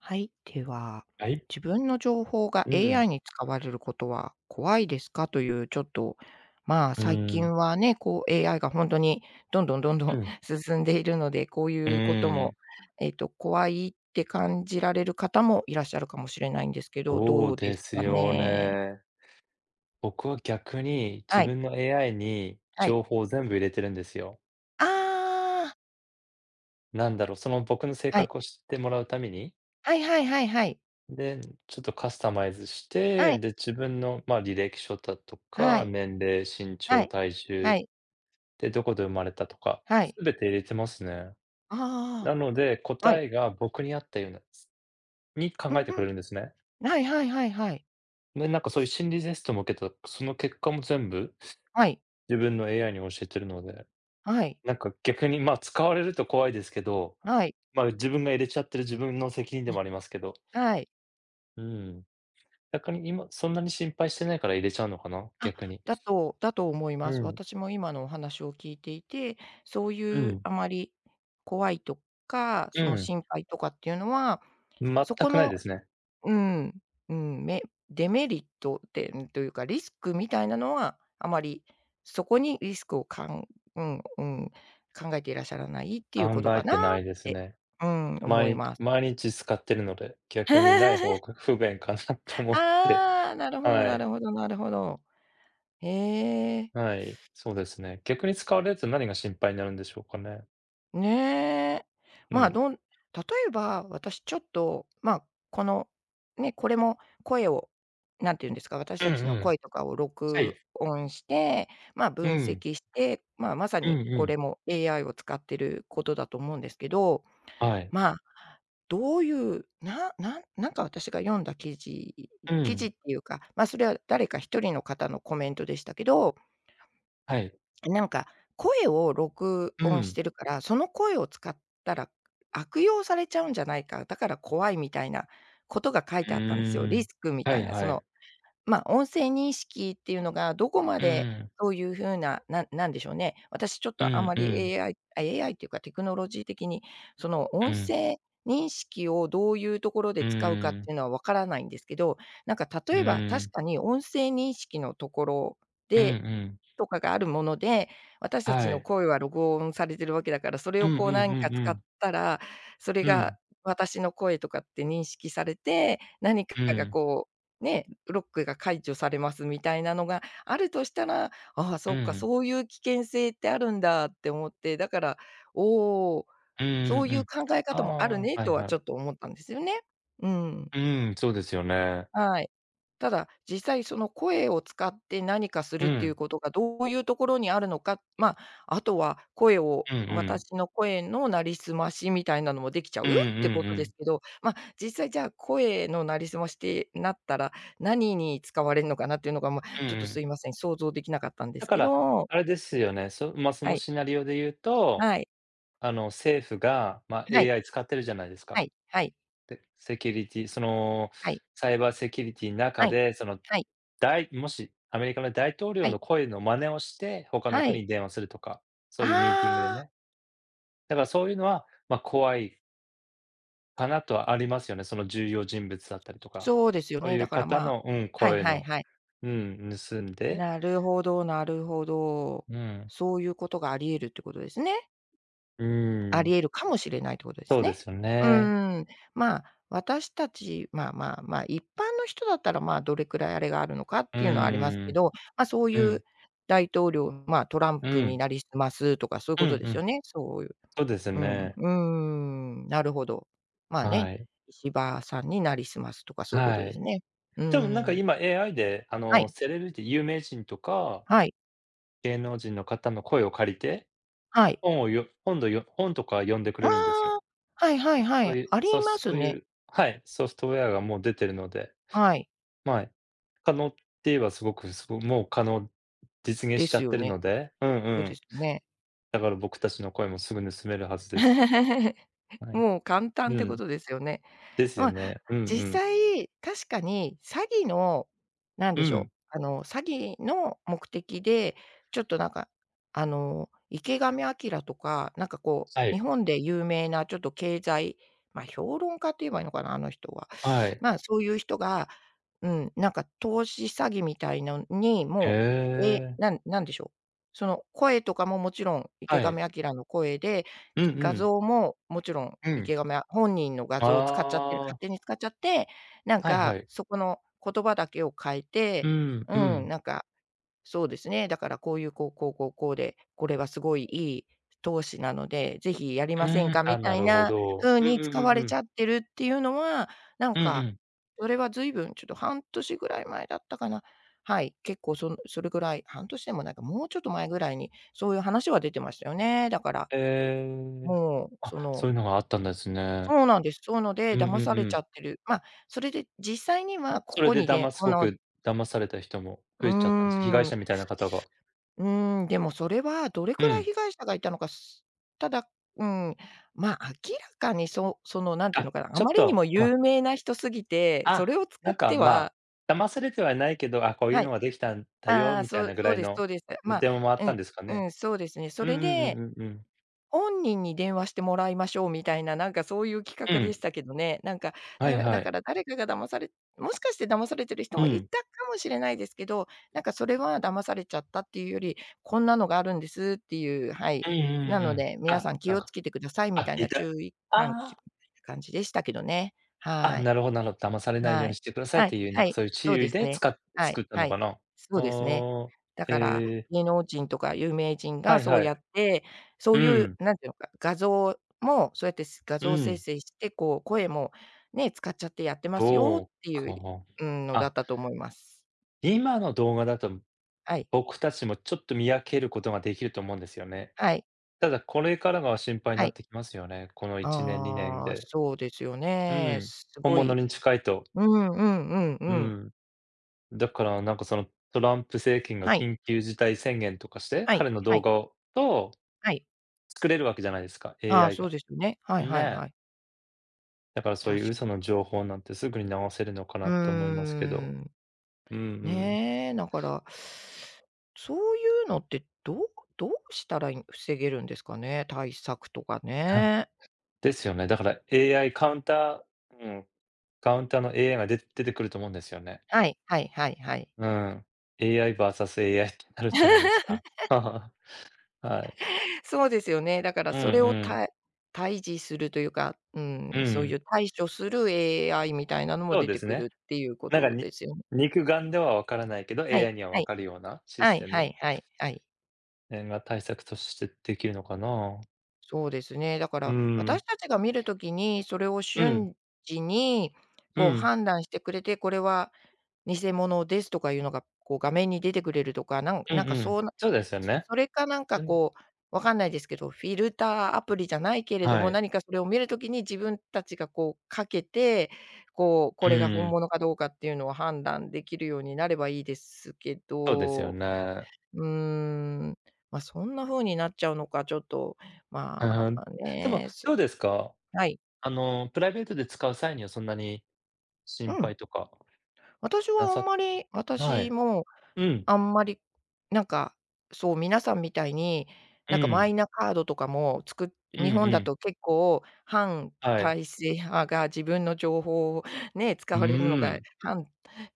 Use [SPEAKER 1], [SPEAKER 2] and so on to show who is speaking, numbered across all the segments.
[SPEAKER 1] はい、では、
[SPEAKER 2] はい。
[SPEAKER 1] 自分の情報が
[SPEAKER 2] うん。
[SPEAKER 1] AI に使われることは怖いですかという、ちょっと、まあ、
[SPEAKER 2] う
[SPEAKER 1] 最
[SPEAKER 2] ん。
[SPEAKER 1] 近はね、こう AI が本当にどんどんどんど
[SPEAKER 2] う
[SPEAKER 1] ん
[SPEAKER 2] ん。
[SPEAKER 1] 進んでいるので、こう
[SPEAKER 2] う
[SPEAKER 1] いうことも、
[SPEAKER 2] ん。
[SPEAKER 1] 怖いって感じられる方もいらっしゃるかもしれないんですけど、
[SPEAKER 2] そ
[SPEAKER 1] ど
[SPEAKER 2] う
[SPEAKER 1] うで
[SPEAKER 2] で
[SPEAKER 1] す
[SPEAKER 2] す
[SPEAKER 1] か
[SPEAKER 2] よ
[SPEAKER 1] ね？
[SPEAKER 2] ね。僕は逆に自
[SPEAKER 1] はい、
[SPEAKER 2] 分の AI に
[SPEAKER 1] はい。
[SPEAKER 2] 情報を全部入れてるんですよ。
[SPEAKER 1] ああ、
[SPEAKER 2] なんだろう、その僕の性
[SPEAKER 1] はい。
[SPEAKER 2] 格を知ってもらうために、
[SPEAKER 1] はいはいはいはい。
[SPEAKER 2] で、ちょっとカスタマイズし
[SPEAKER 1] は
[SPEAKER 2] て、
[SPEAKER 1] い、
[SPEAKER 2] で、自分の、まあ、履歴書だと
[SPEAKER 1] は
[SPEAKER 2] か、
[SPEAKER 1] い、
[SPEAKER 2] 年齢、身
[SPEAKER 1] は
[SPEAKER 2] 長、
[SPEAKER 1] い、
[SPEAKER 2] 体
[SPEAKER 1] は
[SPEAKER 2] 重、
[SPEAKER 1] い、
[SPEAKER 2] で、どこで生まれたとか、
[SPEAKER 1] はい。
[SPEAKER 2] 全て入れてますね。な
[SPEAKER 1] あ
[SPEAKER 2] ので、
[SPEAKER 1] あ、はい。
[SPEAKER 2] 答えが僕に合ったようなに
[SPEAKER 1] う
[SPEAKER 2] 考え
[SPEAKER 1] ん
[SPEAKER 2] てく
[SPEAKER 1] うん。
[SPEAKER 2] れるんですね。
[SPEAKER 1] はいはいはいはいはいはいああはいうんはいはいはいはい、
[SPEAKER 2] ね、なんかそういう心理テストも受けた、その結果も全部
[SPEAKER 1] はい、
[SPEAKER 2] 自分の AI に教えてるので、
[SPEAKER 1] はい、
[SPEAKER 2] なんか逆に、まあ、使われると怖いですけど、
[SPEAKER 1] はい、
[SPEAKER 2] まあ、自分が入れちゃってる自分の責任でもありますけど、
[SPEAKER 1] はい。
[SPEAKER 2] うん。逆に今、そんなに心配してないから入れちゃうのかな、
[SPEAKER 1] あ、
[SPEAKER 2] 逆に。
[SPEAKER 1] だと思い
[SPEAKER 2] う
[SPEAKER 1] ます。
[SPEAKER 2] ん、
[SPEAKER 1] 私も今のお話を聞いていて、そう
[SPEAKER 2] う
[SPEAKER 1] いう
[SPEAKER 2] ん、
[SPEAKER 1] あまり怖いとか、
[SPEAKER 2] う
[SPEAKER 1] その
[SPEAKER 2] ん。
[SPEAKER 1] 心配とかっていうのは、
[SPEAKER 2] 全
[SPEAKER 1] そこ
[SPEAKER 2] くないで
[SPEAKER 1] の
[SPEAKER 2] すね。
[SPEAKER 1] うん、うん、デメリットでんというか、リスクみたいなのはあまり、そこにリスクをうんうん、考えていらっしゃらないっていうこと
[SPEAKER 2] 考え
[SPEAKER 1] かなっ
[SPEAKER 2] てないです
[SPEAKER 1] て、
[SPEAKER 2] ね。
[SPEAKER 1] うん、思い
[SPEAKER 2] 毎
[SPEAKER 1] ます。
[SPEAKER 2] 毎日使ってるので、逆にない方 が不便かな と思って、
[SPEAKER 1] ああ、なるほど
[SPEAKER 2] は
[SPEAKER 1] な
[SPEAKER 2] い、
[SPEAKER 1] るほどなるほど。へえ、
[SPEAKER 2] はい、そうですね。逆に使われると何が心配になるんでしょうかね。
[SPEAKER 1] ねえ。
[SPEAKER 2] う
[SPEAKER 1] まあ、
[SPEAKER 2] ん。
[SPEAKER 1] 例えば、私ちょっと、まあ、この、ね、これも声を、なんていうんですか、私
[SPEAKER 2] うん
[SPEAKER 1] た
[SPEAKER 2] う
[SPEAKER 1] ちの
[SPEAKER 2] ん。
[SPEAKER 1] 声とかを
[SPEAKER 2] はい。
[SPEAKER 1] 録音して、まあ、
[SPEAKER 2] う
[SPEAKER 1] 分
[SPEAKER 2] ん。
[SPEAKER 1] 析して、まあ、まさ
[SPEAKER 2] う
[SPEAKER 1] に
[SPEAKER 2] んう
[SPEAKER 1] こ
[SPEAKER 2] ん。
[SPEAKER 1] れも AI を使ってることだと思うんですけど、
[SPEAKER 2] はい。
[SPEAKER 1] まあ、どういう、なんか私が読んだ記事
[SPEAKER 2] う
[SPEAKER 1] 記事
[SPEAKER 2] ん。
[SPEAKER 1] っていうか、まあ、それは誰か一人の方のコメントでしたけど
[SPEAKER 2] はい。
[SPEAKER 1] なんか、声を録
[SPEAKER 2] う
[SPEAKER 1] 音し
[SPEAKER 2] ん。
[SPEAKER 1] てるから、その声を使ったら悪用されちゃうんじゃないか、だから怖いみたいなことが書い
[SPEAKER 2] う
[SPEAKER 1] てあったんですよ。
[SPEAKER 2] ー
[SPEAKER 1] リ
[SPEAKER 2] ん。
[SPEAKER 1] スクみ
[SPEAKER 2] は
[SPEAKER 1] た
[SPEAKER 2] い
[SPEAKER 1] いな、そ
[SPEAKER 2] はい。
[SPEAKER 1] の、まあ、音声認識っていうのがどこま
[SPEAKER 2] う
[SPEAKER 1] で
[SPEAKER 2] ん。
[SPEAKER 1] そういうふうな、でしょうね、私ちょっ
[SPEAKER 2] う
[SPEAKER 1] とあ
[SPEAKER 2] ん
[SPEAKER 1] ま
[SPEAKER 2] う
[SPEAKER 1] り
[SPEAKER 2] ん。
[SPEAKER 1] AI AI っていうかテクノロジー的に、その
[SPEAKER 2] う
[SPEAKER 1] 音
[SPEAKER 2] ん。
[SPEAKER 1] 声認識をどういうところ
[SPEAKER 2] う
[SPEAKER 1] で使うかっ
[SPEAKER 2] ーん。
[SPEAKER 1] ていうのはわからないんですけど、なんか
[SPEAKER 2] う
[SPEAKER 1] 例えば
[SPEAKER 2] ー
[SPEAKER 1] 確
[SPEAKER 2] ん。
[SPEAKER 1] かに音声認識のところ
[SPEAKER 2] うんう
[SPEAKER 1] で
[SPEAKER 2] ん。
[SPEAKER 1] とかがあるもので、私たち
[SPEAKER 2] は
[SPEAKER 1] の
[SPEAKER 2] い。
[SPEAKER 1] 声は録音されてるわけだから、それ
[SPEAKER 2] う
[SPEAKER 1] を
[SPEAKER 2] んう
[SPEAKER 1] こう
[SPEAKER 2] ん
[SPEAKER 1] 何
[SPEAKER 2] う
[SPEAKER 1] か
[SPEAKER 2] んう
[SPEAKER 1] 使っ
[SPEAKER 2] ん。
[SPEAKER 1] たら、それ
[SPEAKER 2] う
[SPEAKER 1] が
[SPEAKER 2] ん。
[SPEAKER 1] 私の声とかって認識されて、何か
[SPEAKER 2] う
[SPEAKER 1] が
[SPEAKER 2] ん。
[SPEAKER 1] こう、ね、ロックが解除されますみたいなのがあるとしたら、ああ、
[SPEAKER 2] う
[SPEAKER 1] そっか、
[SPEAKER 2] ん。
[SPEAKER 1] そういう危険性ってあるんだって思って、だから、おお、
[SPEAKER 2] うん
[SPEAKER 1] そ
[SPEAKER 2] う
[SPEAKER 1] う
[SPEAKER 2] んう
[SPEAKER 1] いう
[SPEAKER 2] ん。
[SPEAKER 1] 考え
[SPEAKER 2] あ
[SPEAKER 1] 方もある
[SPEAKER 2] あ、
[SPEAKER 1] ね
[SPEAKER 2] は
[SPEAKER 1] と
[SPEAKER 2] い
[SPEAKER 1] は
[SPEAKER 2] はい。
[SPEAKER 1] ちょっと思ったんですよね。うん。
[SPEAKER 2] うーん、そうですよね。
[SPEAKER 1] はい。ただ、実際その声を使って何かす
[SPEAKER 2] う
[SPEAKER 1] るっていう
[SPEAKER 2] ん。
[SPEAKER 1] ことがどういうところにあるのか、まあ、あとは
[SPEAKER 2] うんうん。
[SPEAKER 1] 私の声のなりすましみたいなのも
[SPEAKER 2] うんうんうん。うんうんうんうん、ああ、はいはい、うん、
[SPEAKER 1] できちゃうってこと
[SPEAKER 2] そう
[SPEAKER 1] で
[SPEAKER 2] です
[SPEAKER 1] すけど、まあ、実際じゃあ声のなりすましってなったら、何に使われるのかなっていうの
[SPEAKER 2] よね、うんうんうんうんうんうん
[SPEAKER 1] が、まあ、ちょっと
[SPEAKER 2] うんう
[SPEAKER 1] す
[SPEAKER 2] ん。
[SPEAKER 1] いません、想像できなかったんで
[SPEAKER 2] だ
[SPEAKER 1] す
[SPEAKER 2] か
[SPEAKER 1] け
[SPEAKER 2] ら、
[SPEAKER 1] ど。
[SPEAKER 2] あれですよね。そま、そ
[SPEAKER 1] は
[SPEAKER 2] の
[SPEAKER 1] い、
[SPEAKER 2] シナリオで言うと、
[SPEAKER 1] はい、
[SPEAKER 2] あの、政府が、ま、
[SPEAKER 1] はい、
[SPEAKER 2] AI 使ってるじゃないです
[SPEAKER 1] は
[SPEAKER 2] か。
[SPEAKER 1] い、はい、
[SPEAKER 2] で、セキュリティ、その、
[SPEAKER 1] はい、
[SPEAKER 2] サイバーセキュリティの
[SPEAKER 1] は
[SPEAKER 2] 中
[SPEAKER 1] い、
[SPEAKER 2] で、その、
[SPEAKER 1] はい、
[SPEAKER 2] もしアメリカの大統領
[SPEAKER 1] はい、
[SPEAKER 2] の声の真似をして、他の
[SPEAKER 1] は
[SPEAKER 2] 国
[SPEAKER 1] い。
[SPEAKER 2] に電話するとか、そういうミーティングで
[SPEAKER 1] ああ、
[SPEAKER 2] ね。だからそういうのは、ま、怖いかなとはありますよね。その重要人物だったりとか、
[SPEAKER 1] そうですよ
[SPEAKER 2] そう
[SPEAKER 1] ね。
[SPEAKER 2] い
[SPEAKER 1] だ
[SPEAKER 2] う
[SPEAKER 1] から
[SPEAKER 2] 方
[SPEAKER 1] まあ
[SPEAKER 2] のうん、
[SPEAKER 1] はい
[SPEAKER 2] 声
[SPEAKER 1] はい
[SPEAKER 2] の
[SPEAKER 1] はい。
[SPEAKER 2] うん、盗んで、
[SPEAKER 1] なるほどなるほど。
[SPEAKER 2] うん、
[SPEAKER 1] そういうことがあり得るってことですね。
[SPEAKER 2] うー
[SPEAKER 1] あり
[SPEAKER 2] ん、
[SPEAKER 1] 得るかもしれないってことで
[SPEAKER 2] そ
[SPEAKER 1] す
[SPEAKER 2] うで
[SPEAKER 1] ね。
[SPEAKER 2] すよ
[SPEAKER 1] う
[SPEAKER 2] ね。
[SPEAKER 1] ーん。まあ、私たち、まあまあまあ、一般の人だったら、まあ、どれくらいあれがあるのかっ
[SPEAKER 2] う
[SPEAKER 1] ていうのはあります
[SPEAKER 2] ー
[SPEAKER 1] け
[SPEAKER 2] ん、
[SPEAKER 1] ど、まあ、そう
[SPEAKER 2] う
[SPEAKER 1] いう
[SPEAKER 2] ん、
[SPEAKER 1] 大統領、まあ、トラン
[SPEAKER 2] う
[SPEAKER 1] プに
[SPEAKER 2] ん、
[SPEAKER 1] なりすますとか、そういう
[SPEAKER 2] うん
[SPEAKER 1] こ
[SPEAKER 2] う
[SPEAKER 1] とですよ
[SPEAKER 2] ん、
[SPEAKER 1] ね。そういう。
[SPEAKER 2] そうです
[SPEAKER 1] う
[SPEAKER 2] ね。
[SPEAKER 1] ん。うーん、なるほど。まあね、
[SPEAKER 2] はい、
[SPEAKER 1] 石破さんになりすますとか、そういうこと
[SPEAKER 2] は
[SPEAKER 1] です
[SPEAKER 2] い。
[SPEAKER 1] ね。う
[SPEAKER 2] でもなん
[SPEAKER 1] ー
[SPEAKER 2] か
[SPEAKER 1] ん。
[SPEAKER 2] 今 AI で、あ
[SPEAKER 1] は
[SPEAKER 2] の、
[SPEAKER 1] い。
[SPEAKER 2] セレブリティ、有名人とか、
[SPEAKER 1] はい。
[SPEAKER 2] 芸能人の方の声を借りて、
[SPEAKER 1] はい。
[SPEAKER 2] 本をよ本のよ本とか読んでく
[SPEAKER 1] あ
[SPEAKER 2] れるんですよ。
[SPEAKER 1] あ、はいはいは
[SPEAKER 2] そう
[SPEAKER 1] い。
[SPEAKER 2] いう
[SPEAKER 1] あ
[SPEAKER 2] そ
[SPEAKER 1] り
[SPEAKER 2] う
[SPEAKER 1] ま
[SPEAKER 2] そ
[SPEAKER 1] す
[SPEAKER 2] うい
[SPEAKER 1] ね。
[SPEAKER 2] うはい、ソフトウェアがもう出てるので、
[SPEAKER 1] はい。
[SPEAKER 2] はい。可能って言えばすごく、もう実現
[SPEAKER 1] で
[SPEAKER 2] しちゃ
[SPEAKER 1] す
[SPEAKER 2] っ
[SPEAKER 1] よ
[SPEAKER 2] てる
[SPEAKER 1] ね。
[SPEAKER 2] ので、うんう
[SPEAKER 1] そうで
[SPEAKER 2] ん。
[SPEAKER 1] すよね。
[SPEAKER 2] だから僕たちの声もすぐ盗めるはずです。はい。
[SPEAKER 1] もう簡単っ
[SPEAKER 2] う
[SPEAKER 1] てこ
[SPEAKER 2] ん。
[SPEAKER 1] とですよね。
[SPEAKER 2] ですよ
[SPEAKER 1] まあ、
[SPEAKER 2] ね。うんう
[SPEAKER 1] 実
[SPEAKER 2] ん。
[SPEAKER 1] 際、確かに詐欺の、なん
[SPEAKER 2] う
[SPEAKER 1] でしょ
[SPEAKER 2] ん。
[SPEAKER 1] う、あの、詐欺の目的で、ちょっとなんか、あの、池上彰とか、なんかこ
[SPEAKER 2] は
[SPEAKER 1] う、日
[SPEAKER 2] い。
[SPEAKER 1] 本で有名なちょっと経済、まあ、評論家って言えばいいのかな、あの人は。
[SPEAKER 2] はい。
[SPEAKER 1] まあ、そういう人が、うん、なんか投資詐欺みたいのに、
[SPEAKER 2] へ
[SPEAKER 1] もう、え
[SPEAKER 2] え。
[SPEAKER 1] なんなんでしょう、その声とかももちろん池
[SPEAKER 2] はい。
[SPEAKER 1] 上彰の声で
[SPEAKER 2] うんう
[SPEAKER 1] 画
[SPEAKER 2] ん。
[SPEAKER 1] 像も、もちろん
[SPEAKER 2] うん。
[SPEAKER 1] 池上は本人の画
[SPEAKER 2] あ
[SPEAKER 1] 像を使っちゃってる勝手
[SPEAKER 2] あ。
[SPEAKER 1] に使っちゃって、なん
[SPEAKER 2] はいは
[SPEAKER 1] か、
[SPEAKER 2] い。
[SPEAKER 1] そこの言葉だけを変えて、
[SPEAKER 2] うん、
[SPEAKER 1] う
[SPEAKER 2] うん。
[SPEAKER 1] ん、なんか、そうですね、だからこういう、こうで、これはすごいいい投資なので、ぜひやり
[SPEAKER 2] う
[SPEAKER 1] ません
[SPEAKER 2] ん、
[SPEAKER 1] か
[SPEAKER 2] あ、
[SPEAKER 1] み
[SPEAKER 2] な
[SPEAKER 1] たい
[SPEAKER 2] るほ
[SPEAKER 1] な
[SPEAKER 2] ど。
[SPEAKER 1] 風
[SPEAKER 2] うんうん
[SPEAKER 1] に使
[SPEAKER 2] う
[SPEAKER 1] わ
[SPEAKER 2] んう
[SPEAKER 1] れち
[SPEAKER 2] ん。
[SPEAKER 1] ゃってるっていうのは、なん
[SPEAKER 2] うんう
[SPEAKER 1] か、
[SPEAKER 2] ん。
[SPEAKER 1] それはずいぶんちょっと半年ぐらい前だったかな。はい、結構それぐらい、半年でもないか、もうちょっと前ぐらいに、そういう話は出てましたよね。だから
[SPEAKER 2] ええ。
[SPEAKER 1] もう、
[SPEAKER 2] あ、そういうのがあったんですね。
[SPEAKER 1] そうなんです。そうので
[SPEAKER 2] うんう
[SPEAKER 1] 騙
[SPEAKER 2] ん
[SPEAKER 1] さ
[SPEAKER 2] う
[SPEAKER 1] れち
[SPEAKER 2] ん。
[SPEAKER 1] ゃってる。まあ、それで実際に
[SPEAKER 2] そ
[SPEAKER 1] は
[SPEAKER 2] そ
[SPEAKER 1] こ
[SPEAKER 2] れ
[SPEAKER 1] こ
[SPEAKER 2] で
[SPEAKER 1] にで
[SPEAKER 2] す
[SPEAKER 1] こ
[SPEAKER 2] ご
[SPEAKER 1] の
[SPEAKER 2] く騙された人も
[SPEAKER 1] う
[SPEAKER 2] 増
[SPEAKER 1] ー
[SPEAKER 2] えちゃったんですか？被害
[SPEAKER 1] ん、う
[SPEAKER 2] 者みたいな方が。
[SPEAKER 1] ーん、でもそれはどれ
[SPEAKER 2] う
[SPEAKER 1] くらい
[SPEAKER 2] ん。
[SPEAKER 1] 被害者がいたのか、ただ、うん、まあ、明らかにそのなんていう
[SPEAKER 2] あ、
[SPEAKER 1] のかな、あ
[SPEAKER 2] ちょっ
[SPEAKER 1] まりに
[SPEAKER 2] と、
[SPEAKER 1] も
[SPEAKER 2] ま、
[SPEAKER 1] 有名な人すぎて、そ
[SPEAKER 2] あ、
[SPEAKER 1] れを使
[SPEAKER 2] な
[SPEAKER 1] っ
[SPEAKER 2] んか、
[SPEAKER 1] て
[SPEAKER 2] まあ、
[SPEAKER 1] は
[SPEAKER 2] 騙されてはないけど、あ、こういう
[SPEAKER 1] は
[SPEAKER 2] の
[SPEAKER 1] い、
[SPEAKER 2] ができたんだよ
[SPEAKER 1] ああ、
[SPEAKER 2] みたい
[SPEAKER 1] そう
[SPEAKER 2] なぐ
[SPEAKER 1] そ
[SPEAKER 2] ら
[SPEAKER 1] う
[SPEAKER 2] い
[SPEAKER 1] です
[SPEAKER 2] の、
[SPEAKER 1] そうです。まあ、
[SPEAKER 2] 電話もあっ
[SPEAKER 1] う
[SPEAKER 2] たん
[SPEAKER 1] ん、
[SPEAKER 2] ですかね？
[SPEAKER 1] うん、そうですね。そ
[SPEAKER 2] うん
[SPEAKER 1] れ
[SPEAKER 2] うんう
[SPEAKER 1] で
[SPEAKER 2] んうんうん。
[SPEAKER 1] 本人に電話してもらいましょうみたいな、なんかそういう企
[SPEAKER 2] う
[SPEAKER 1] 画でし
[SPEAKER 2] ん、
[SPEAKER 1] たけどね。なんか、
[SPEAKER 2] は
[SPEAKER 1] だか
[SPEAKER 2] い
[SPEAKER 1] ら
[SPEAKER 2] は
[SPEAKER 1] だ
[SPEAKER 2] い。
[SPEAKER 1] から誰かが騙されもしかして騙されてる人
[SPEAKER 2] う
[SPEAKER 1] もい
[SPEAKER 2] ん。
[SPEAKER 1] たかもしれないですけど、なんかそれは騙されちゃったっていうより、こんなのがあるんですっていう、はい。
[SPEAKER 2] うんうんうんう
[SPEAKER 1] なの
[SPEAKER 2] ん。
[SPEAKER 1] で、皆
[SPEAKER 2] あ、
[SPEAKER 1] さん気
[SPEAKER 2] なん
[SPEAKER 1] をつ
[SPEAKER 2] か、
[SPEAKER 1] けてくださいみ
[SPEAKER 2] あ、
[SPEAKER 1] たい
[SPEAKER 2] い
[SPEAKER 1] な
[SPEAKER 2] た、
[SPEAKER 1] 注意喚
[SPEAKER 2] あ
[SPEAKER 1] 起
[SPEAKER 2] あ。
[SPEAKER 1] みたいな感じでしたけどね。
[SPEAKER 2] あ、
[SPEAKER 1] はい。
[SPEAKER 2] なるほどなるほど。騙されないよ
[SPEAKER 1] は
[SPEAKER 2] うに
[SPEAKER 1] い。
[SPEAKER 2] してくださいっ
[SPEAKER 1] はい
[SPEAKER 2] ていう、なん
[SPEAKER 1] は
[SPEAKER 2] か
[SPEAKER 1] い、
[SPEAKER 2] そういう
[SPEAKER 1] そう
[SPEAKER 2] 注
[SPEAKER 1] で
[SPEAKER 2] 意
[SPEAKER 1] す
[SPEAKER 2] で
[SPEAKER 1] ね。はい、
[SPEAKER 2] 作った
[SPEAKER 1] は
[SPEAKER 2] のか
[SPEAKER 1] い。
[SPEAKER 2] な。あ
[SPEAKER 1] そうですね。
[SPEAKER 2] あ、
[SPEAKER 1] だから、
[SPEAKER 2] ええ、
[SPEAKER 1] 芸能人とか有名人
[SPEAKER 2] は
[SPEAKER 1] が
[SPEAKER 2] い
[SPEAKER 1] そう
[SPEAKER 2] はい。
[SPEAKER 1] やって、そ
[SPEAKER 2] う
[SPEAKER 1] ういう
[SPEAKER 2] ん、
[SPEAKER 1] なんていうのか、画像もそうやって、画
[SPEAKER 2] う
[SPEAKER 1] 像生
[SPEAKER 2] ん、
[SPEAKER 1] 成して、こう声もね、使っちゃってやってますよっ
[SPEAKER 2] そう
[SPEAKER 1] てい
[SPEAKER 2] か。
[SPEAKER 1] う、うん、のだっ
[SPEAKER 2] あ、
[SPEAKER 1] たと思います。
[SPEAKER 2] 今の動画だと
[SPEAKER 1] はい、
[SPEAKER 2] 僕たちもちょっと見分けることができると思うんですよね。
[SPEAKER 1] はい、
[SPEAKER 2] ただこれからが心配に
[SPEAKER 1] は
[SPEAKER 2] なっ
[SPEAKER 1] い。
[SPEAKER 2] てきますよね。この1年、2年
[SPEAKER 1] ああ、
[SPEAKER 2] で。
[SPEAKER 1] そうですよ
[SPEAKER 2] う
[SPEAKER 1] ね。
[SPEAKER 2] ん、
[SPEAKER 1] す
[SPEAKER 2] 本
[SPEAKER 1] ご
[SPEAKER 2] 物
[SPEAKER 1] い。
[SPEAKER 2] に近いと。
[SPEAKER 1] うんうんうんう
[SPEAKER 2] う
[SPEAKER 1] ん。
[SPEAKER 2] ん。だからなんかそのトランプ政権が
[SPEAKER 1] はい、
[SPEAKER 2] 緊急事態宣言とかして、
[SPEAKER 1] は
[SPEAKER 2] 彼
[SPEAKER 1] い、
[SPEAKER 2] の
[SPEAKER 1] は
[SPEAKER 2] 動
[SPEAKER 1] い、
[SPEAKER 2] 画をと
[SPEAKER 1] はい。
[SPEAKER 2] 作れるわけじゃないですか、
[SPEAKER 1] ああ、
[SPEAKER 2] AI
[SPEAKER 1] そ
[SPEAKER 2] が。
[SPEAKER 1] うですよね。はいはい
[SPEAKER 2] ね
[SPEAKER 1] は
[SPEAKER 2] え、
[SPEAKER 1] い。
[SPEAKER 2] だからそうい
[SPEAKER 1] 確
[SPEAKER 2] う嘘
[SPEAKER 1] か
[SPEAKER 2] の情報なんてすぐに直せるのか
[SPEAKER 1] う
[SPEAKER 2] なと思い
[SPEAKER 1] ー
[SPEAKER 2] ますけど。
[SPEAKER 1] ん。
[SPEAKER 2] うんうん。
[SPEAKER 1] ねえ、だから、そういうのってどうしたら防げるんですかね、対策とか
[SPEAKER 2] あ、
[SPEAKER 1] ね。
[SPEAKER 2] ですよね。だから AI カウンターうん、カウンターの AI が出てくると思うんですよね。
[SPEAKER 1] はいはいはいはい。
[SPEAKER 2] うん。AI バーサス AI ってなるんじゃないです か。はい。
[SPEAKER 1] そうですよね。だから
[SPEAKER 2] うん
[SPEAKER 1] それを
[SPEAKER 2] うん。
[SPEAKER 1] 対峙するというか、う
[SPEAKER 2] う
[SPEAKER 1] ん、そうい
[SPEAKER 2] ん。
[SPEAKER 1] う対処する AI みたいなのも
[SPEAKER 2] そう
[SPEAKER 1] 出
[SPEAKER 2] で
[SPEAKER 1] て
[SPEAKER 2] す
[SPEAKER 1] くる
[SPEAKER 2] ね。
[SPEAKER 1] っていうこ
[SPEAKER 2] なんか
[SPEAKER 1] と
[SPEAKER 2] に
[SPEAKER 1] ですよね。
[SPEAKER 2] 肉眼ではわからないけど、
[SPEAKER 1] はい、
[SPEAKER 2] AI には
[SPEAKER 1] は
[SPEAKER 2] わ
[SPEAKER 1] い。
[SPEAKER 2] かるようなシス
[SPEAKER 1] はい
[SPEAKER 2] テ
[SPEAKER 1] は
[SPEAKER 2] ム、
[SPEAKER 1] いはいはい。
[SPEAKER 2] が対策としてできるのかな。
[SPEAKER 1] そうですね。だか
[SPEAKER 2] う
[SPEAKER 1] ら、
[SPEAKER 2] ん。
[SPEAKER 1] 私たちが見るときに、それを
[SPEAKER 2] うん。
[SPEAKER 1] 瞬時に
[SPEAKER 2] う
[SPEAKER 1] こう
[SPEAKER 2] ん。
[SPEAKER 1] 判断してくれて、これは偽物ですとかいうのが、こう画面に出てくれるとか、なん
[SPEAKER 2] うん
[SPEAKER 1] なんか
[SPEAKER 2] うん。
[SPEAKER 1] そうな
[SPEAKER 2] そうですよね。
[SPEAKER 1] それかなんか
[SPEAKER 2] うん。
[SPEAKER 1] こう、わかんないですけど、フィルターアプリじゃないけれど
[SPEAKER 2] は
[SPEAKER 1] も、
[SPEAKER 2] い。
[SPEAKER 1] 何かそれを見るときに自分たちがこうかけて、こう、こ
[SPEAKER 2] う
[SPEAKER 1] れが本
[SPEAKER 2] ん、
[SPEAKER 1] 物かどうかっていうのを判断できるようになればいいですけ
[SPEAKER 2] そうですよ
[SPEAKER 1] ど。
[SPEAKER 2] ね。
[SPEAKER 1] うーん、まあ、そんな風になっちゃうのか、ちょっと、
[SPEAKER 2] う
[SPEAKER 1] ま
[SPEAKER 2] ん。
[SPEAKER 1] あ、
[SPEAKER 2] でも、
[SPEAKER 1] ね、
[SPEAKER 2] どうですか？
[SPEAKER 1] はい。
[SPEAKER 2] あの、プライベートで使う際にはそんなに心
[SPEAKER 1] うん。
[SPEAKER 2] 配とか
[SPEAKER 1] 私
[SPEAKER 2] な
[SPEAKER 1] はあ
[SPEAKER 2] さ
[SPEAKER 1] んまり、
[SPEAKER 2] は
[SPEAKER 1] 私
[SPEAKER 2] い。
[SPEAKER 1] も、
[SPEAKER 2] うん、
[SPEAKER 1] あんまり、なんか、そう、皆さんみたいに、
[SPEAKER 2] う
[SPEAKER 1] なんかマ
[SPEAKER 2] ん、
[SPEAKER 1] イナカードとかもつく
[SPEAKER 2] うん
[SPEAKER 1] 日本だ
[SPEAKER 2] うん。
[SPEAKER 1] と、結構反
[SPEAKER 2] はい。
[SPEAKER 1] 体制派が自分の情報をね、
[SPEAKER 2] う
[SPEAKER 1] 使われるの
[SPEAKER 2] ー
[SPEAKER 1] が
[SPEAKER 2] ん。
[SPEAKER 1] 反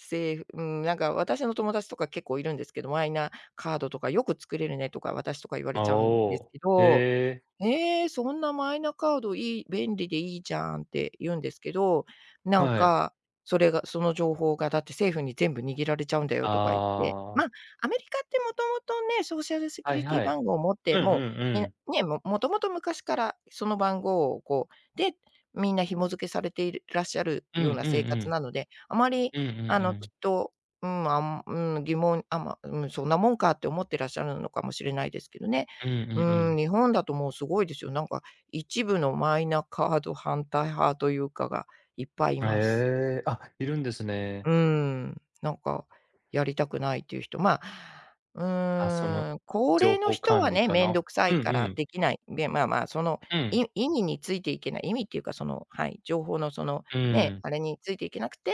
[SPEAKER 1] 政府、うん、なんか私の友達とか結構いるんですけど、マイナカードとかよく作れるねとか、私とか言われ
[SPEAKER 2] あ、
[SPEAKER 1] ちゃうん
[SPEAKER 2] お
[SPEAKER 1] です
[SPEAKER 2] お。
[SPEAKER 1] け
[SPEAKER 2] へ
[SPEAKER 1] ど、
[SPEAKER 2] え、
[SPEAKER 1] ええ、そんなマイナカード、いい、便利でいいじゃんって言うんですけど、なん
[SPEAKER 2] はい。
[SPEAKER 1] か、それがその情報がだって政府に全部握られちゃうんだよとか言って。ま、
[SPEAKER 2] ああ、
[SPEAKER 1] アメリカってもともとね、ソーシャルセ
[SPEAKER 2] は
[SPEAKER 1] キュ
[SPEAKER 2] い
[SPEAKER 1] リティ
[SPEAKER 2] はい。
[SPEAKER 1] 番号を持っ
[SPEAKER 2] う
[SPEAKER 1] て、
[SPEAKER 2] んうんう
[SPEAKER 1] もう、み
[SPEAKER 2] ん。
[SPEAKER 1] ね、もともと昔からその番号をこう、で、みんな紐付けされているらっしゃる
[SPEAKER 2] う
[SPEAKER 1] よう
[SPEAKER 2] ん
[SPEAKER 1] な
[SPEAKER 2] うんう
[SPEAKER 1] 生活
[SPEAKER 2] ん。
[SPEAKER 1] なので、あまり、
[SPEAKER 2] うんう
[SPEAKER 1] あ
[SPEAKER 2] んう
[SPEAKER 1] の、き
[SPEAKER 2] ん。
[SPEAKER 1] っと、うん、疑問、あ、ま、うん、そんなもんかって思ってらっしゃるのかもしれないですけどね。
[SPEAKER 2] うんうん
[SPEAKER 1] う
[SPEAKER 2] う
[SPEAKER 1] ーん、
[SPEAKER 2] ん。
[SPEAKER 1] 日本だともうすごいですよ。なんか一部のマイナカード反対派というかがいっぱいい
[SPEAKER 2] へ
[SPEAKER 1] ます。
[SPEAKER 2] え、あ、いるんですね。
[SPEAKER 1] うーん、なんか、やりたくないっていう人、まあ、う
[SPEAKER 2] あ、その、
[SPEAKER 1] ーん、高
[SPEAKER 2] 情
[SPEAKER 1] 齢の
[SPEAKER 2] 報
[SPEAKER 1] 人
[SPEAKER 2] 管
[SPEAKER 1] は
[SPEAKER 2] 理
[SPEAKER 1] ね、
[SPEAKER 2] か
[SPEAKER 1] めん
[SPEAKER 2] な。
[SPEAKER 1] どくさ
[SPEAKER 2] う
[SPEAKER 1] い
[SPEAKER 2] ん
[SPEAKER 1] か
[SPEAKER 2] う
[SPEAKER 1] ら
[SPEAKER 2] ん。
[SPEAKER 1] できない、で、まあまあ、その、
[SPEAKER 2] うん、
[SPEAKER 1] 意味についていけない、意味っていうか、その、はい、情報のその、
[SPEAKER 2] う
[SPEAKER 1] ね、
[SPEAKER 2] ん。
[SPEAKER 1] あれについていけなくて、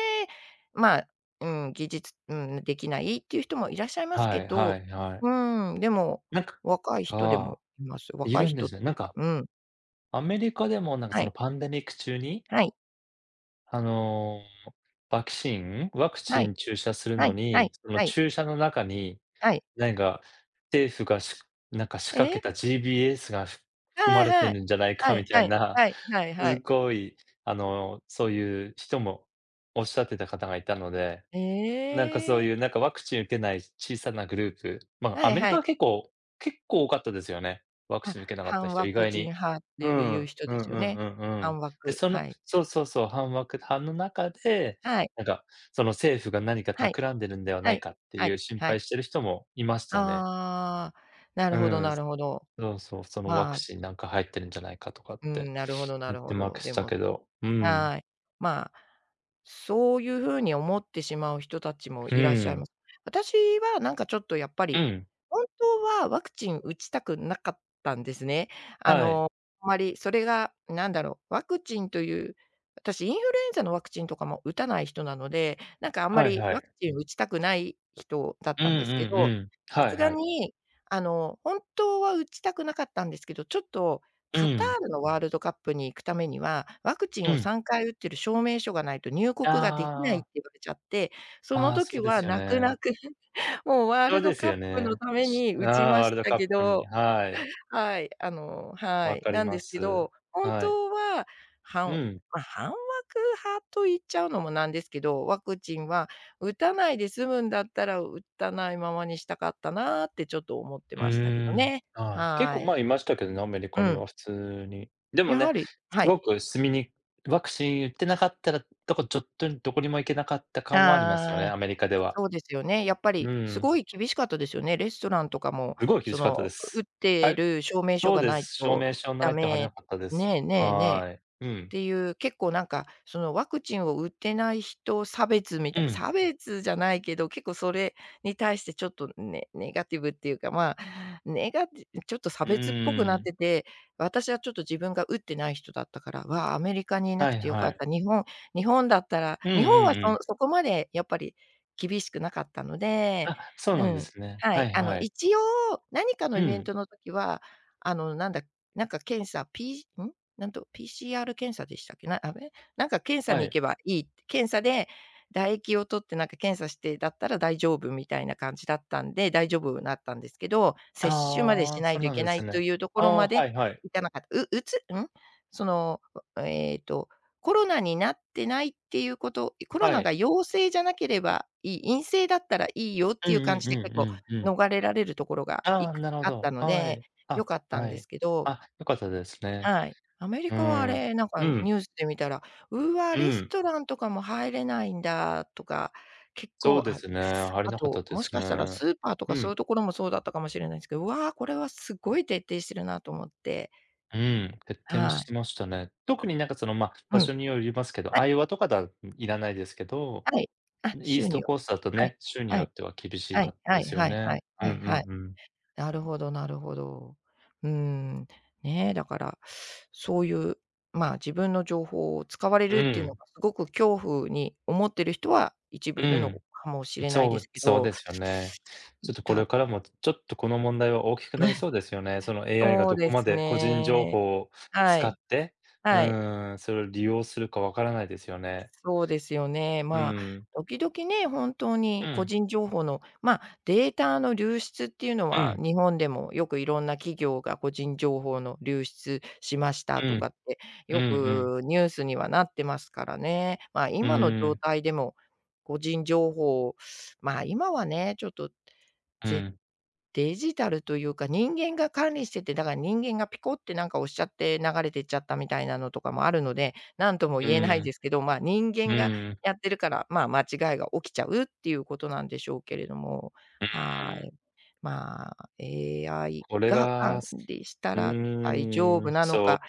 [SPEAKER 1] まあ、うん、技術、うん、できないっていう人もいらっしゃいます
[SPEAKER 2] は
[SPEAKER 1] け
[SPEAKER 2] いは
[SPEAKER 1] ど、
[SPEAKER 2] いはい。
[SPEAKER 1] うーん、でも、
[SPEAKER 2] なんか、
[SPEAKER 1] 若い人で
[SPEAKER 2] が、
[SPEAKER 1] もいます。
[SPEAKER 2] い
[SPEAKER 1] 若い
[SPEAKER 2] るんで
[SPEAKER 1] 人っ
[SPEAKER 2] す
[SPEAKER 1] てい
[SPEAKER 2] ね。な
[SPEAKER 1] う
[SPEAKER 2] ん
[SPEAKER 1] か、
[SPEAKER 2] か、
[SPEAKER 1] うん、
[SPEAKER 2] アメリカでもなんか
[SPEAKER 1] は
[SPEAKER 2] その
[SPEAKER 1] い、
[SPEAKER 2] パンデミック中に、
[SPEAKER 1] はい、
[SPEAKER 2] あの、ワクチンワク
[SPEAKER 1] は
[SPEAKER 2] チン
[SPEAKER 1] い、
[SPEAKER 2] 注射する
[SPEAKER 1] は
[SPEAKER 2] の
[SPEAKER 1] い、は
[SPEAKER 2] に、
[SPEAKER 1] い、
[SPEAKER 2] その
[SPEAKER 1] はい、
[SPEAKER 2] 注射の中に、
[SPEAKER 1] はい。
[SPEAKER 2] なんか、政府がなんか仕
[SPEAKER 1] え
[SPEAKER 2] 掛け
[SPEAKER 1] え？
[SPEAKER 2] た GBS が含
[SPEAKER 1] は
[SPEAKER 2] ま
[SPEAKER 1] い
[SPEAKER 2] れて
[SPEAKER 1] は
[SPEAKER 2] る
[SPEAKER 1] い。
[SPEAKER 2] んじゃない
[SPEAKER 1] は
[SPEAKER 2] かみ
[SPEAKER 1] い
[SPEAKER 2] た
[SPEAKER 1] は
[SPEAKER 2] い
[SPEAKER 1] い
[SPEAKER 2] な、
[SPEAKER 1] はいはいは
[SPEAKER 2] す
[SPEAKER 1] い。
[SPEAKER 2] ごい、あの、そういう人もおっしゃってた方がいたので、なんかそう
[SPEAKER 1] ええ。
[SPEAKER 2] いう、なんかワクチン受けない小さなグループ、ま
[SPEAKER 1] は
[SPEAKER 2] あ、ア
[SPEAKER 1] い
[SPEAKER 2] メリ
[SPEAKER 1] は
[SPEAKER 2] カは
[SPEAKER 1] い。
[SPEAKER 2] 結構、多かったですよね。ワク
[SPEAKER 1] あ、
[SPEAKER 2] チン受けなかった
[SPEAKER 1] 反
[SPEAKER 2] 人、
[SPEAKER 1] ワ
[SPEAKER 2] 意
[SPEAKER 1] ク
[SPEAKER 2] 外
[SPEAKER 1] チン
[SPEAKER 2] に。
[SPEAKER 1] 派っ
[SPEAKER 2] う
[SPEAKER 1] て
[SPEAKER 2] ん、
[SPEAKER 1] い
[SPEAKER 2] う
[SPEAKER 1] う
[SPEAKER 2] ん
[SPEAKER 1] 人
[SPEAKER 2] う
[SPEAKER 1] で
[SPEAKER 2] ん
[SPEAKER 1] す
[SPEAKER 2] う
[SPEAKER 1] よね。
[SPEAKER 2] んうん。
[SPEAKER 1] 反ワ
[SPEAKER 2] で、
[SPEAKER 1] ク、
[SPEAKER 2] その
[SPEAKER 1] はい。
[SPEAKER 2] そうそう、反ワク班の中で、
[SPEAKER 1] はい
[SPEAKER 2] なんかその政府が何か
[SPEAKER 1] はい
[SPEAKER 2] 企んでるんではな
[SPEAKER 1] は
[SPEAKER 2] い
[SPEAKER 1] い
[SPEAKER 2] かって
[SPEAKER 1] は
[SPEAKER 2] い
[SPEAKER 1] い
[SPEAKER 2] う心
[SPEAKER 1] は
[SPEAKER 2] 配
[SPEAKER 1] い。
[SPEAKER 2] してる人もいましたね。
[SPEAKER 1] ああ、な
[SPEAKER 2] う
[SPEAKER 1] るほど
[SPEAKER 2] ん、
[SPEAKER 1] なるほど。
[SPEAKER 2] そうそう、そのワ
[SPEAKER 1] ま
[SPEAKER 2] ク
[SPEAKER 1] あ、
[SPEAKER 2] チンなんか入ってるんじゃないかとかっ
[SPEAKER 1] う
[SPEAKER 2] て
[SPEAKER 1] ん、なるほどな
[SPEAKER 2] 言っ
[SPEAKER 1] る
[SPEAKER 2] て
[SPEAKER 1] ほ
[SPEAKER 2] まく
[SPEAKER 1] ど。
[SPEAKER 2] し
[SPEAKER 1] で
[SPEAKER 2] た
[SPEAKER 1] も、
[SPEAKER 2] けど、うん、
[SPEAKER 1] はい。まあ、そういう風に思ってしまう人たちも
[SPEAKER 2] う
[SPEAKER 1] いらっしゃいま
[SPEAKER 2] ん、
[SPEAKER 1] す。私はなんかちょっとやっぱ
[SPEAKER 2] う
[SPEAKER 1] り、
[SPEAKER 2] ん、
[SPEAKER 1] 本当はワクチン打ちたくなかったんですね。あ
[SPEAKER 2] はい、
[SPEAKER 1] の、あまりそれがなんだろう、ワクチンという、私インフルエンザのワクチンとかも打たない人なので、なんかあんま
[SPEAKER 2] はい
[SPEAKER 1] り
[SPEAKER 2] は
[SPEAKER 1] ワ
[SPEAKER 2] い。
[SPEAKER 1] クチン打ちたくない人だっ
[SPEAKER 2] うん
[SPEAKER 1] た
[SPEAKER 2] うん
[SPEAKER 1] ん
[SPEAKER 2] う
[SPEAKER 1] ですけど、
[SPEAKER 2] ん、
[SPEAKER 1] さ
[SPEAKER 2] はい
[SPEAKER 1] すが
[SPEAKER 2] はい。
[SPEAKER 1] にあの、本当は打ちたくなかったんですけど、ちょっと
[SPEAKER 2] う
[SPEAKER 1] カタ
[SPEAKER 2] ん、
[SPEAKER 1] ールのワールドカップに行くためには、ワクチ
[SPEAKER 2] う
[SPEAKER 1] ンを
[SPEAKER 2] ん。
[SPEAKER 1] 3回打ってる証明書がないと入国ができないっ
[SPEAKER 2] ああ、
[SPEAKER 1] て言われちゃって、その
[SPEAKER 2] ああ、そ
[SPEAKER 1] 時
[SPEAKER 2] うで
[SPEAKER 1] は
[SPEAKER 2] すよ
[SPEAKER 1] 泣く泣
[SPEAKER 2] ね。
[SPEAKER 1] く、もうワー
[SPEAKER 2] そう
[SPEAKER 1] ル
[SPEAKER 2] で
[SPEAKER 1] ド
[SPEAKER 2] す
[SPEAKER 1] カッ
[SPEAKER 2] よ
[SPEAKER 1] プの
[SPEAKER 2] ね。
[SPEAKER 1] ために
[SPEAKER 2] あ
[SPEAKER 1] 打ち
[SPEAKER 2] あ、
[SPEAKER 1] ま
[SPEAKER 2] ワー
[SPEAKER 1] し
[SPEAKER 2] ルド
[SPEAKER 1] た
[SPEAKER 2] カッ
[SPEAKER 1] け
[SPEAKER 2] プに、
[SPEAKER 1] ど、
[SPEAKER 2] はい、
[SPEAKER 1] はい、あの、は
[SPEAKER 2] わ
[SPEAKER 1] い、
[SPEAKER 2] かり
[SPEAKER 1] なん
[SPEAKER 2] ま
[SPEAKER 1] ですけ
[SPEAKER 2] す。
[SPEAKER 1] ど、本
[SPEAKER 2] はい。
[SPEAKER 1] 当は、
[SPEAKER 2] う
[SPEAKER 1] 半
[SPEAKER 2] ん。
[SPEAKER 1] ま、半枠派と言っちゃうのもなんですけど、ワクチンは打たないで済むんだったら、打たないままにしたかったなってちょっと思って
[SPEAKER 2] う
[SPEAKER 1] ましたけど
[SPEAKER 2] ーん、
[SPEAKER 1] ね。
[SPEAKER 2] はい。結
[SPEAKER 1] は
[SPEAKER 2] 構
[SPEAKER 1] い。
[SPEAKER 2] 前いましたけどね、アメリカ
[SPEAKER 1] う
[SPEAKER 2] に
[SPEAKER 1] ん。
[SPEAKER 2] は普通に。でも
[SPEAKER 1] やは
[SPEAKER 2] ね、
[SPEAKER 1] り、は
[SPEAKER 2] す
[SPEAKER 1] い。
[SPEAKER 2] ごく住みにワクチン打ってなかったら、ちょっとどこにも行けなかった感はありますよね、
[SPEAKER 1] あ
[SPEAKER 2] ア
[SPEAKER 1] あ、
[SPEAKER 2] メリカでは。
[SPEAKER 1] そうですよね。やっぱ
[SPEAKER 2] う
[SPEAKER 1] りす
[SPEAKER 2] ん、
[SPEAKER 1] ごい厳しかったですよね。レストランとかも、
[SPEAKER 2] すごい厳
[SPEAKER 1] そ
[SPEAKER 2] しかったで
[SPEAKER 1] の、打っ
[SPEAKER 2] す。は
[SPEAKER 1] て
[SPEAKER 2] い、
[SPEAKER 1] る証明書
[SPEAKER 2] そう
[SPEAKER 1] が
[SPEAKER 2] で
[SPEAKER 1] ない
[SPEAKER 2] す。証
[SPEAKER 1] と
[SPEAKER 2] 明書な
[SPEAKER 1] ダ
[SPEAKER 2] いと入れな
[SPEAKER 1] メ、
[SPEAKER 2] かったです。
[SPEAKER 1] ねえねえねえ。
[SPEAKER 2] はい。う
[SPEAKER 1] っ
[SPEAKER 2] ん、
[SPEAKER 1] ていう結構なんか、そのワクチンを打ってない人差別み
[SPEAKER 2] う
[SPEAKER 1] たい、
[SPEAKER 2] ん、
[SPEAKER 1] 差別じゃないけど、結構それに対してちょっとネネガティブっていうか、まあ、ネガティちょっと差
[SPEAKER 2] う
[SPEAKER 1] 別っぽくな
[SPEAKER 2] ー
[SPEAKER 1] っ
[SPEAKER 2] ん。
[SPEAKER 1] てて、私はちょっと自分が打ってない人だったから、わあ、アメリカにいな
[SPEAKER 2] は
[SPEAKER 1] く
[SPEAKER 2] い
[SPEAKER 1] てよ
[SPEAKER 2] は
[SPEAKER 1] かっ
[SPEAKER 2] い。
[SPEAKER 1] た。日本、日本だったら
[SPEAKER 2] うんうん
[SPEAKER 1] 日本は
[SPEAKER 2] うん。
[SPEAKER 1] そこまでやっぱり厳しくなかったので、
[SPEAKER 2] あ、そう
[SPEAKER 1] う
[SPEAKER 2] なんで
[SPEAKER 1] ん。
[SPEAKER 2] すね。
[SPEAKER 1] は
[SPEAKER 2] は
[SPEAKER 1] い。
[SPEAKER 2] い
[SPEAKER 1] あの、
[SPEAKER 2] はい。
[SPEAKER 1] 一応何かの
[SPEAKER 2] う
[SPEAKER 1] イベン
[SPEAKER 2] ん、
[SPEAKER 1] トの時は、あの、なんだ、なんか検査、ピーん？なんと PCR 検査でしたっけ？なあべ？なんか検査
[SPEAKER 2] は
[SPEAKER 1] に行
[SPEAKER 2] い。
[SPEAKER 1] けばいい、検査で唾液を取ってなんか検査してだったら大丈夫みたいな感じだったんで、大丈夫なったんですけど、接種まで
[SPEAKER 2] あ
[SPEAKER 1] し
[SPEAKER 2] あ、
[SPEAKER 1] な
[SPEAKER 2] そ
[SPEAKER 1] い
[SPEAKER 2] う
[SPEAKER 1] とい
[SPEAKER 2] なん
[SPEAKER 1] け
[SPEAKER 2] で
[SPEAKER 1] な
[SPEAKER 2] す
[SPEAKER 1] いと
[SPEAKER 2] ね。
[SPEAKER 1] いうとこ
[SPEAKER 2] あ
[SPEAKER 1] ろ
[SPEAKER 2] あ、
[SPEAKER 1] まで
[SPEAKER 2] はいはい。
[SPEAKER 1] 行かなかった。ううつん？その、ええと、コロナになってないっていうこと、コロ
[SPEAKER 2] は
[SPEAKER 1] ナが
[SPEAKER 2] い。
[SPEAKER 1] 陽性じゃなければいい、陰性だったらいいよっ
[SPEAKER 2] う
[SPEAKER 1] て
[SPEAKER 2] ん
[SPEAKER 1] いう感
[SPEAKER 2] うん
[SPEAKER 1] じ
[SPEAKER 2] う
[SPEAKER 1] で、結構
[SPEAKER 2] んうんうん。
[SPEAKER 1] 逃れられるところがい
[SPEAKER 2] ああ、
[SPEAKER 1] く
[SPEAKER 2] なるほ
[SPEAKER 1] あった
[SPEAKER 2] ど。
[SPEAKER 1] の
[SPEAKER 2] は
[SPEAKER 1] で、
[SPEAKER 2] い。
[SPEAKER 1] 良
[SPEAKER 2] あ、
[SPEAKER 1] かった
[SPEAKER 2] は
[SPEAKER 1] んで
[SPEAKER 2] い。
[SPEAKER 1] すけど、
[SPEAKER 2] あ、良かったですね。
[SPEAKER 1] はい。アメリ
[SPEAKER 2] う
[SPEAKER 1] カはあ
[SPEAKER 2] ーん。
[SPEAKER 1] れ、なんか
[SPEAKER 2] うん、
[SPEAKER 1] ニュースで見たら、「うわ、
[SPEAKER 2] う
[SPEAKER 1] レス
[SPEAKER 2] ん。
[SPEAKER 1] トランとかも入れないんだ」とか、結
[SPEAKER 2] そう
[SPEAKER 1] 構
[SPEAKER 2] で
[SPEAKER 1] ある。
[SPEAKER 2] すね、あり
[SPEAKER 1] あ
[SPEAKER 2] なかっ
[SPEAKER 1] と、
[SPEAKER 2] たで
[SPEAKER 1] もし
[SPEAKER 2] す
[SPEAKER 1] かしたら
[SPEAKER 2] ね。
[SPEAKER 1] スーパーと
[SPEAKER 2] う
[SPEAKER 1] かそういう
[SPEAKER 2] ん、
[SPEAKER 1] ところもそうだったかもしれないんですけど、うわ、これはすごい徹底してるなと思って。
[SPEAKER 2] うん、徹底
[SPEAKER 1] は
[SPEAKER 2] し
[SPEAKER 1] い。
[SPEAKER 2] てましたね。特になんかその、まあ、
[SPEAKER 1] う
[SPEAKER 2] 場
[SPEAKER 1] ん。は
[SPEAKER 2] 所によりますけど、アイオワとかいらないですけど、
[SPEAKER 1] い、はい。あ、
[SPEAKER 2] イー
[SPEAKER 1] 収
[SPEAKER 2] ス
[SPEAKER 1] 入。
[SPEAKER 2] トコーストだと
[SPEAKER 1] はい、
[SPEAKER 2] ね、州に
[SPEAKER 1] は
[SPEAKER 2] よ
[SPEAKER 1] い。
[SPEAKER 2] っては厳しい
[SPEAKER 1] はい
[SPEAKER 2] かった
[SPEAKER 1] は
[SPEAKER 2] で
[SPEAKER 1] い
[SPEAKER 2] すよ
[SPEAKER 1] はいは
[SPEAKER 2] ね。
[SPEAKER 1] い
[SPEAKER 2] う
[SPEAKER 1] は
[SPEAKER 2] んう
[SPEAKER 1] いは
[SPEAKER 2] ん
[SPEAKER 1] い。
[SPEAKER 2] うん。
[SPEAKER 1] なるほどなるほど。うーん。ね、だから、そういう、まあ、自分の情報を使われ
[SPEAKER 2] う
[SPEAKER 1] るっていうの
[SPEAKER 2] ん、
[SPEAKER 1] がすごく恐怖に思ってる人は一部
[SPEAKER 2] う
[SPEAKER 1] いるの
[SPEAKER 2] ん。
[SPEAKER 1] かもしれない
[SPEAKER 2] そ
[SPEAKER 1] で
[SPEAKER 2] う、
[SPEAKER 1] すけ
[SPEAKER 2] そう
[SPEAKER 1] ど、
[SPEAKER 2] ですよね。ちょっとこれ
[SPEAKER 1] た
[SPEAKER 2] からも、ちょっとこの問題は大きくなり そうですよね。その AI が
[SPEAKER 1] そう
[SPEAKER 2] どこ
[SPEAKER 1] で
[SPEAKER 2] ま
[SPEAKER 1] す
[SPEAKER 2] で個人情
[SPEAKER 1] ね。
[SPEAKER 2] 報を
[SPEAKER 1] は
[SPEAKER 2] 使っ
[SPEAKER 1] い、
[SPEAKER 2] て、う
[SPEAKER 1] はい。
[SPEAKER 2] ーん、それを利用するかわからないですよね。
[SPEAKER 1] そうですよね。
[SPEAKER 2] う
[SPEAKER 1] まあ、
[SPEAKER 2] ん。
[SPEAKER 1] 時々ね、本当
[SPEAKER 2] う
[SPEAKER 1] に個
[SPEAKER 2] ん、
[SPEAKER 1] 人情報の、まあ、データの流出っていうの
[SPEAKER 2] う
[SPEAKER 1] は、
[SPEAKER 2] ん、
[SPEAKER 1] 日本でもよくいろんな企業が個人情報の流出しました
[SPEAKER 2] う
[SPEAKER 1] とか
[SPEAKER 2] ん、
[SPEAKER 1] って、
[SPEAKER 2] うん
[SPEAKER 1] よ
[SPEAKER 2] うん。
[SPEAKER 1] くニュースにはなってますからね。まあ、
[SPEAKER 2] う
[SPEAKER 1] 今の状
[SPEAKER 2] ん、
[SPEAKER 1] 態でも個人情報、まあ、今はね、ちょっと、
[SPEAKER 2] う
[SPEAKER 1] ぜ
[SPEAKER 2] ん、
[SPEAKER 1] デジタルというか、人間が管理してて、だから人間がピコってなんか押しちゃって流れてっちゃったみたいなのとかもあるので、なんとも
[SPEAKER 2] う
[SPEAKER 1] 言えない
[SPEAKER 2] ん、
[SPEAKER 1] ですけど、まあ、人
[SPEAKER 2] う
[SPEAKER 1] 間が
[SPEAKER 2] ん、
[SPEAKER 1] やってるから、まあ、間違いが起きちゃうっていうことなんでしょうけれども、はい。まあ、AI
[SPEAKER 2] これ
[SPEAKER 1] が
[SPEAKER 2] が、
[SPEAKER 1] 管理した
[SPEAKER 2] う
[SPEAKER 1] ら大丈
[SPEAKER 2] ーん、
[SPEAKER 1] 夫なの
[SPEAKER 2] そ
[SPEAKER 1] か、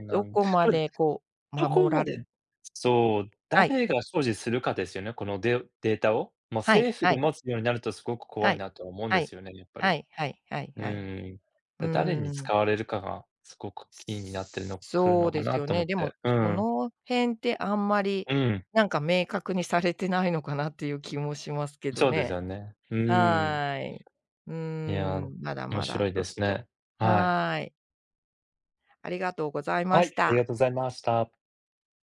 [SPEAKER 2] うな
[SPEAKER 1] ど
[SPEAKER 2] んこ
[SPEAKER 1] こま
[SPEAKER 2] れ
[SPEAKER 1] でこう
[SPEAKER 2] どこ
[SPEAKER 1] 守
[SPEAKER 2] ま
[SPEAKER 1] られ、
[SPEAKER 2] でそう、
[SPEAKER 1] はい、
[SPEAKER 2] 誰が所持するかですよね、このデータを。ま、
[SPEAKER 1] はい
[SPEAKER 2] 政府
[SPEAKER 1] は
[SPEAKER 2] が
[SPEAKER 1] い
[SPEAKER 2] 持つようになるとすごく怖
[SPEAKER 1] は
[SPEAKER 2] い
[SPEAKER 1] い
[SPEAKER 2] なとは思うん
[SPEAKER 1] は
[SPEAKER 2] で
[SPEAKER 1] い
[SPEAKER 2] すよね、やっぱ
[SPEAKER 1] は
[SPEAKER 2] り。
[SPEAKER 1] いはいはい
[SPEAKER 2] う
[SPEAKER 1] はい。
[SPEAKER 2] ーん。
[SPEAKER 1] う
[SPEAKER 2] 誰に
[SPEAKER 1] ーん、
[SPEAKER 2] 使われるかがすごくキーになってるの来る
[SPEAKER 1] そう
[SPEAKER 2] のか
[SPEAKER 1] です
[SPEAKER 2] な
[SPEAKER 1] よ
[SPEAKER 2] と思っ
[SPEAKER 1] ね。でも、
[SPEAKER 2] て。う
[SPEAKER 1] そ
[SPEAKER 2] ん。
[SPEAKER 1] の辺ってあんまり、
[SPEAKER 2] うん、
[SPEAKER 1] なんか明確にされてないのかなっていう気もしますけど
[SPEAKER 2] そうです
[SPEAKER 1] ね。
[SPEAKER 2] よね。うーん。
[SPEAKER 1] はい。うー
[SPEAKER 2] いや、
[SPEAKER 1] ん、まだ
[SPEAKER 2] 面
[SPEAKER 1] ま
[SPEAKER 2] 白
[SPEAKER 1] だ
[SPEAKER 2] い
[SPEAKER 1] ち
[SPEAKER 2] で
[SPEAKER 1] ょっ
[SPEAKER 2] す
[SPEAKER 1] と、
[SPEAKER 2] ね。はい。
[SPEAKER 1] はい。ありがとうござい
[SPEAKER 2] は
[SPEAKER 1] まし
[SPEAKER 2] い、あ
[SPEAKER 1] た。
[SPEAKER 2] りがとうございました。